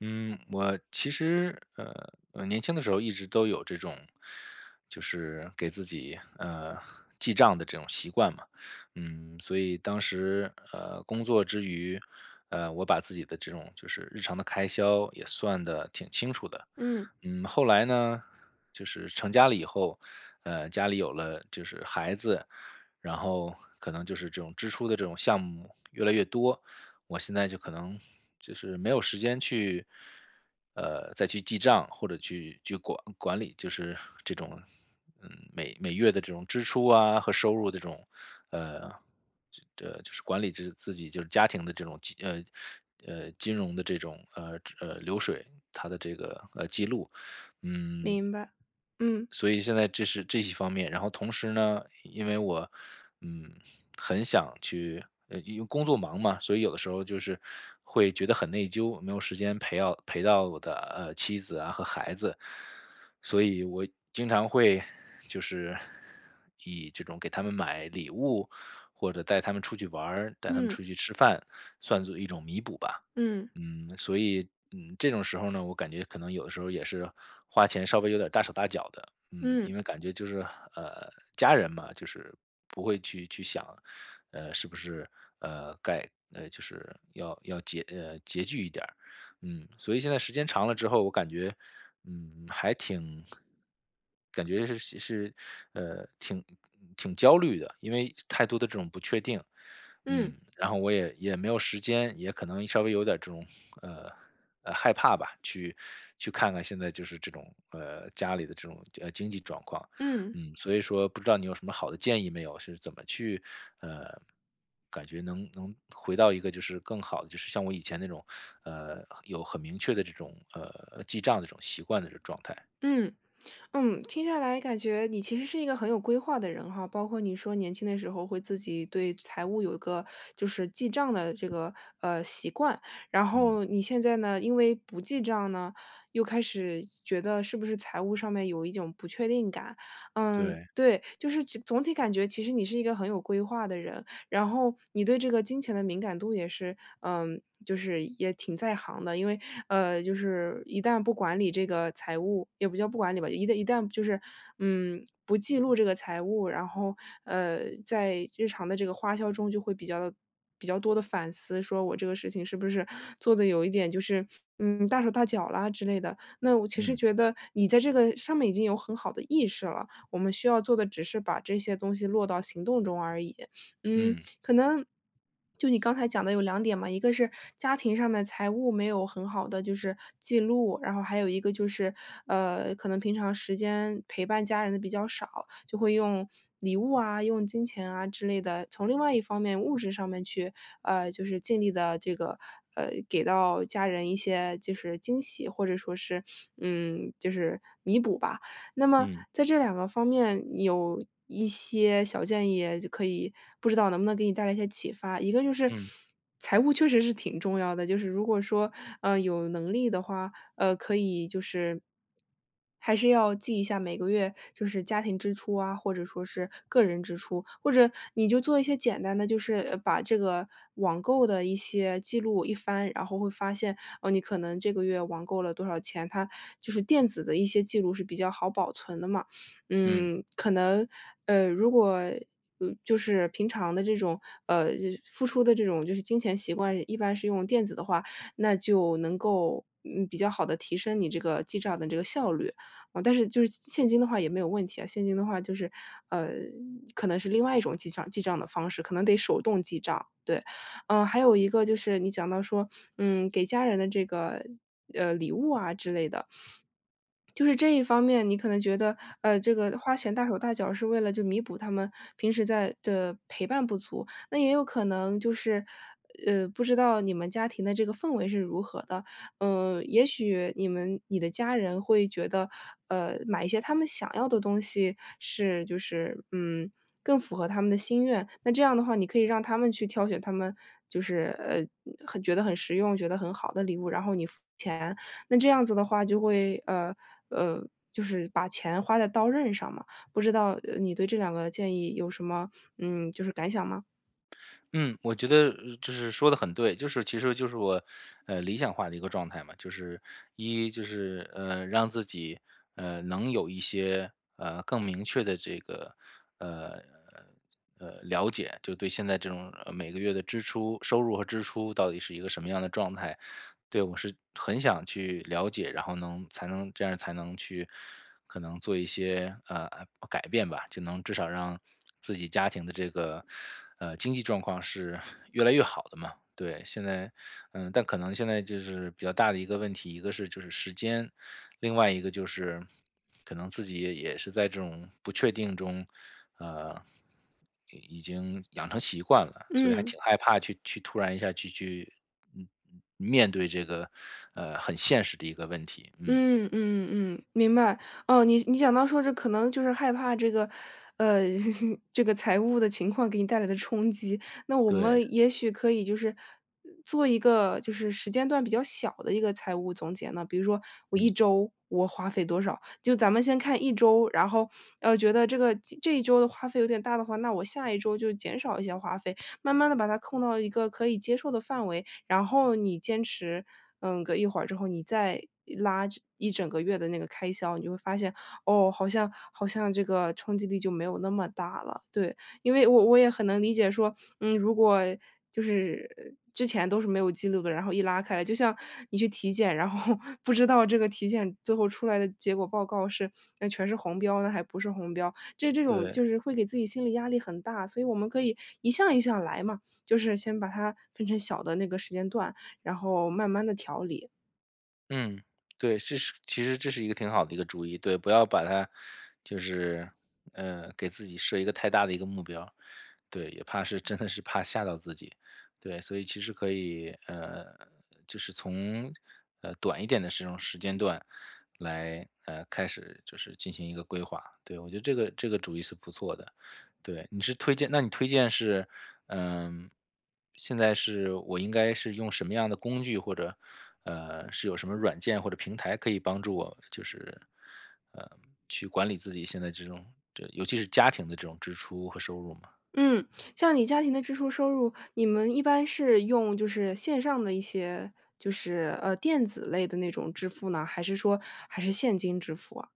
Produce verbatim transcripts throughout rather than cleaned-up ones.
嗯，我其实呃，呃年轻的时候一直都有这种，就是给自己呃记账的这种习惯嘛。嗯，所以当时呃工作之余，呃我把自己的这种就是日常的开销也算的挺清楚的。嗯，嗯，后来呢，就是成家了以后，呃，家里有了就是孩子，然后可能就是这种支出的这种项目越来越多。我现在就可能就是没有时间去，呃，再去记账或者去去管管理，就是这种，嗯，每每月的这种支出啊和收入的这种，呃，这这就是管理自自己就是家庭的这种金呃呃金融的这种呃呃流水，它的这个呃记录。嗯，明白。嗯所以现在这是这些方面，然后同时呢，因为我，嗯，很想去，呃，因为工作忙嘛，所以有的时候就是会觉得很内疚，没有时间陪到陪到我的呃妻子啊和孩子，所以我经常会就是以这种给他们买礼物，或者带他们出去玩儿，带他们嗯出去吃饭，算作一种弥补吧。嗯嗯，所以嗯，这种时候呢，我感觉可能有的时候也是花钱稍微有点大手大脚的。嗯，嗯因为感觉就是呃，家人嘛，就是不会去去想，呃，是不是呃该呃就是要要拮呃拮据一点儿。嗯，所以现在时间长了之后，我感觉嗯还挺，感觉是是是呃挺挺焦虑的，因为太多的这种不确定。嗯嗯，然后我也也没有时间，也可能稍微有点儿这种呃呃，害怕吧，去去看看现在就是这种，呃，家里的这种，呃，经济状况。嗯嗯，所以说不知道你有什么好的建议没有？是怎么去，呃，感觉能能回到一个就是更好的，就是像我以前那种，呃，有很明确的这种，呃，记账的这种习惯的这种状态。嗯嗯，听下来感觉你其实是一个很有规划的人哈，包括你说年轻的时候会自己对财务有一个就是记账的这个呃习惯，然嗯，后你现在呢，因为不记账呢，又开始觉得是不是财务上面有一种不确定感，嗯，对，对，就是总体感觉其实你是一个很有规划的人，然后你对这个金钱的敏感度也是，嗯，就是也挺在行的。因为，呃，就是一旦不管理这个财务，也不叫不管理吧，一旦一旦就是，嗯，不记录这个财务，然后，呃，在日常的这个花销中就会比较的比较多的反思，说我这个事情是不是做的有一点就是，嗯，大手大脚啦之类的。那我其实嗯，觉得你在这个上面已经有很好的意识了，我们需要做的只是把这些东西落到行动中而已。嗯，嗯，可能就你刚才讲的有两点嘛，一个是家庭上面财务没有很好的就是记录，然后还有一个就是，呃，可能平常时间陪伴家人的比较少，就会用礼物啊、用金钱啊之类的，从另外一方面物质上面去，呃，就是尽力的这个，呃，给到家人一些就是惊喜，或者说是，嗯，就是弥补吧。那么嗯，在这两个方面有一些小建议，就可以不知道能不能给你带来一些启发。一个就是嗯，财务确实是挺重要的，就是如果说，呃，有能力的话，呃，可以就是还是要记一下每个每个月就是家庭支出啊，或者说是个人支出，或者你就做一些简单的，就是呃把这个网购的一些记录一翻，然后会发现哦，你可能这个月网购了多少钱，它就是电子的一些记录是比较好保存的嘛。嗯。嗯，可能呃，如果呃，就是平常的这种呃付出的这种就是金钱习惯，一般是用电子的话，那就能够嗯比较好的提升你这个记账的这个效率。哦，但是就是现金的话也没有问题啊，现金的话就是，呃，可能是另外一种记账记账的方式，可能得手动记账，对。嗯，还有一个就是你讲到说，嗯，给家人的这个，呃，礼物啊之类的，就是这一方面，你可能觉得，呃，这个花钱大手大脚是为了就弥补他们平时在的陪伴不足，那也有可能就是，呃，不知道你们家庭的这个氛围是如何的。呃，也许你们你的家人会觉得，呃，买一些他们想要的东西是就是，嗯，更符合他们的心愿。那这样的话，你可以让他们去挑选他们就是，呃，很觉得很实用，觉得很好的礼物，然后你付钱。那这样子的话就会，呃，呃，就是把钱花在刀刃上嘛，不知道，呃你对这两个建议有什么，嗯，就是感想吗？嗯，我觉得呃就是说的很对，就是其实就是我，呃，理想化的一个状态嘛。就是一就是呃，让自己呃能有一些呃更明确的这个呃呃了解，就对现在这种呃每个月的支出、收入和支出到底是一个什么样的状态。对我是很想去了解，然后能才能这样才能去可能做一些呃改变吧，就能至少让自己家庭的这个，呃，经济状况是 越来越好的嘛。对，现在嗯，但可能现在就是比较大的一个问题，一个是就是时间，另外一个就是可能自己也也是在这种不确定中，呃，已已经养成习惯了，所以还嗯。挺害怕去去突然一下去去，嗯，面对这个，呃，很现实的一个问题。嗯，嗯嗯嗯，明白。哦，你你讲到说这可能就是害怕这个，呃，这个财务的情况给你带来的冲击，那我对，们也许可以就是做一个就是时间段比较小的一个财务总结呢。比如说我一嗯，周我花费多少，就咱们先看一周，然后，呃，觉得这个这一周的花费有点大的话，那我下一周就减少一些花费，慢慢的把它控到一个可以接受的范围。然后你坚持，嗯，个一会儿之后，你再拉这一整个月的那个开销，你就会发现，哦，好像好像这个冲击力就没有那么大了。对，因为我我也很能理解说，嗯，如果就是之前都是没有记录的，然后一拉开来，就像你去体检，然后 不知道这个体检最后出来的结果报告是，那全是红标呢，还不是红标，这这种对。就是会给自己心理压力很大，所以我们可以一项一项来嘛。就是先把它分成小的那个时间段，然后慢慢的调理。嗯，对，这是其实这是一个挺好的一个主意。对，不要把它就是，呃，给自己设一个太大的一个目标。对，也怕是真的是怕吓到自己。对，所以其实可以，呃，就是从呃短一点的这种时间段来，呃，开始就是进行一个规划。对，我觉得这个这个主意是不错的。对，你是推荐那你推荐是，嗯，现在是我应该是用什么样的工具，或者，呃，是有什么软件或者平台可以帮助我，就是，呃，去管理自己现在这种这尤其是家庭的这种支出和收入吗？嗯，像你家庭的支出收入，你们一般是用就是线上的一些就是，呃，电子类的那种支付呢？还是说还是现金支付啊？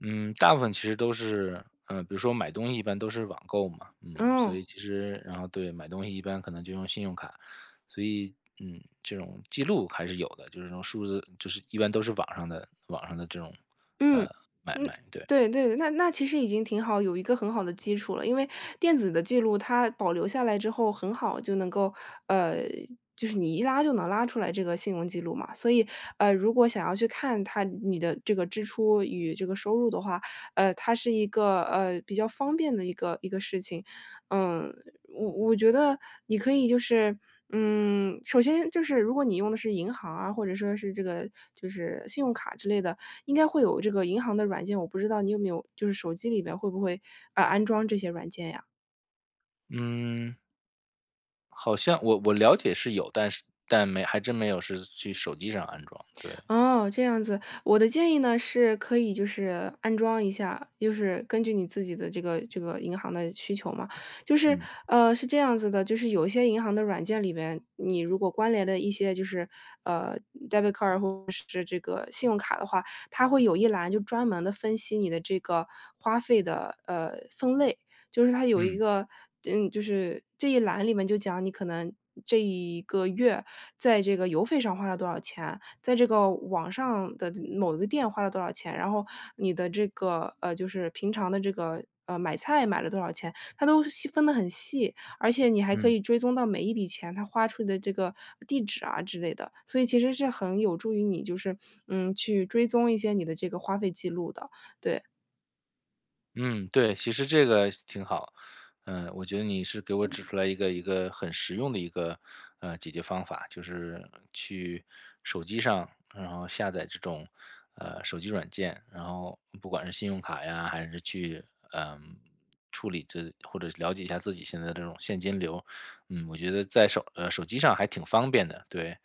嗯，大部分其实都是，嗯，比如说买东西一般都是网购嘛。嗯，所嗯。以其实然后对，买东西一般可能就用信用卡，所以嗯，这种记录还是有的，就是这种数字，就是一般都是网上的网上的这种，呃，嗯，买嗯，卖，对。对对对那那其实已经挺好，有一个很好的基础了。因为电子的记录它保留下来之后，很好就能够呃，就是你一拉就能拉出来这个信用记录嘛。所以，呃，如果想要去看它你的这个支出与这个收入的话，呃，它是一个呃比较方便的一个一个事情。嗯，我我觉得你可以就是嗯，首先就是如果你用的是银行啊，或者说是这个就是信用卡之类的，应该会有这个银行的软件，我不知道你有没有，就是手机里边会不会呃安装这些软件呀？嗯，好像我我了解是有，但是但没还真没有是去手机上安装，对，哦，这样子，我的建议呢是可以就是安装一下，就是根据你自己的这个这个银行的需求嘛，就是嗯呃是这样子的，就是有一些银行的软件里边，你如果关联的一些就是呃 debit card 或者是这个信用卡的话，它会有一栏就专门的分析你的这个花费的呃分类，就是它有一嗯个嗯，就是这一栏里面就讲你可能这一个月在这个邮费上花了多少钱，在这个网上的某一个店花了多少钱，然后你的这个，呃，就是平常的这个，呃，买菜买了多少钱，它都细分的很细，而且你还可嗯。以追踪到每一笔钱它花出的这个地址啊之类的，所以其实是很有助于你就是，嗯，去追踪一些你的这个花费记录的，对。嗯，对，其实这个挺好。嗯，我觉得你是给我指出来一个一个很实用的一个呃解决方法，就是去手机上，然后下载这种呃手机软件，然后不管是信用卡呀，还是去嗯、处理这或者了解一下自己现在这种现金流。嗯，我觉得在手呃手机上还挺方便的，对。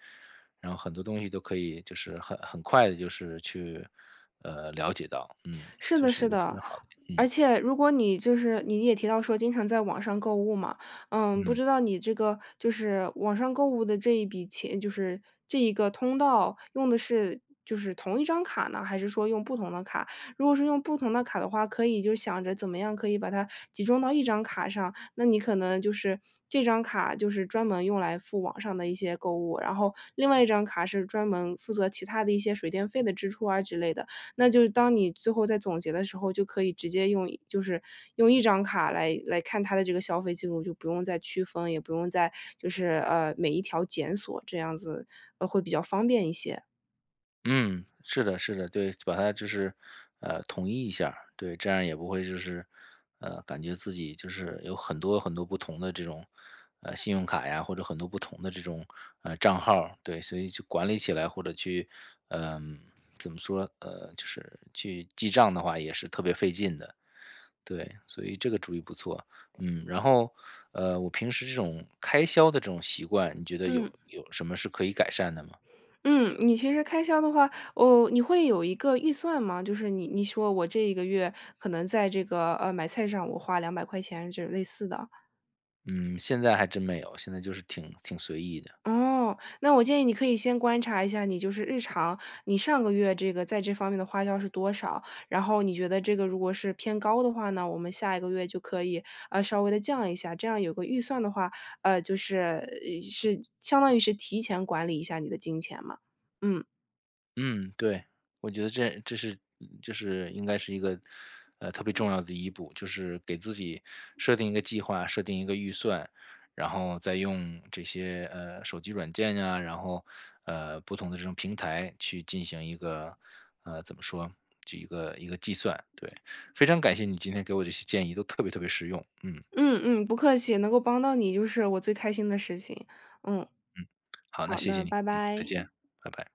然后很多东西都可以，就是很很快的，就是去呃了解到，嗯，是这的，是一是个非的。常好的。嗯而且如果你就是你也提到说经常在网上购物嘛，嗯，不嗯知道你这个就是网上购物的这一笔钱，就是这一个通道用的是就是同一张卡呢，还是说用不同的卡？如果是用不同的卡的话，可以就想着怎么样可以把它集中到一张卡上，那你可能就是这张卡就是专门用来付网上的一些购物，然后另外一张卡是专门负责其他的一些水电费的支出啊之类的。那就是当你最后在总结的时候，就可以直接用就是用一张卡来来看它的这个消费记录，就不用再区分，也不用再就是呃每一条检索这样子，呃会比较方便一些。嗯，是的，是的，对，把它就是呃统一一下儿，对，这样也不会就是呃感觉自己就是有很多很多不同的这种呃信用卡呀，或者很多不同的这种呃账号儿，对，所以就管理起来或者去嗯、怎么说呃就是去记账的话也是特别费劲的，对，所以这个主意不错。嗯，然后呃我平时这种开销的这种习惯，你觉得嗯有有什么是可以改善的吗？嗯，你其实开销的话，哦，你会有一个预算吗？就是你你说我这一个月可能在这个呃买菜上我花两百块钱，这类似的。嗯，现在还真没有，现在就是挺挺随意的。哦，那我建议你可以先观察一下，你就是日常，你上个月这个在这方面的花销是多少？然后你觉得这个如果是偏高的话呢，我们下一个月就可以呃稍微的降一下，这样有个预算的话，呃，就是呃是相当于是提前管理一下你的金钱嘛。嗯嗯，对，我觉得这这是就是应该是一个呃特别重要的一步，就是给自己设定一个计划，设定一个预算，然后再用这些呃手机软件呀，然后呃不同的这种平台去进行一个呃怎么说，就一个一个计算。对，非常感谢你今天给我这些建议，都特别特别实用。嗯，嗯嗯，不客气，能够帮到你就是我最开心的事情。嗯，好，那好谢谢的，你，拜嗯，再拜。见，拜拜。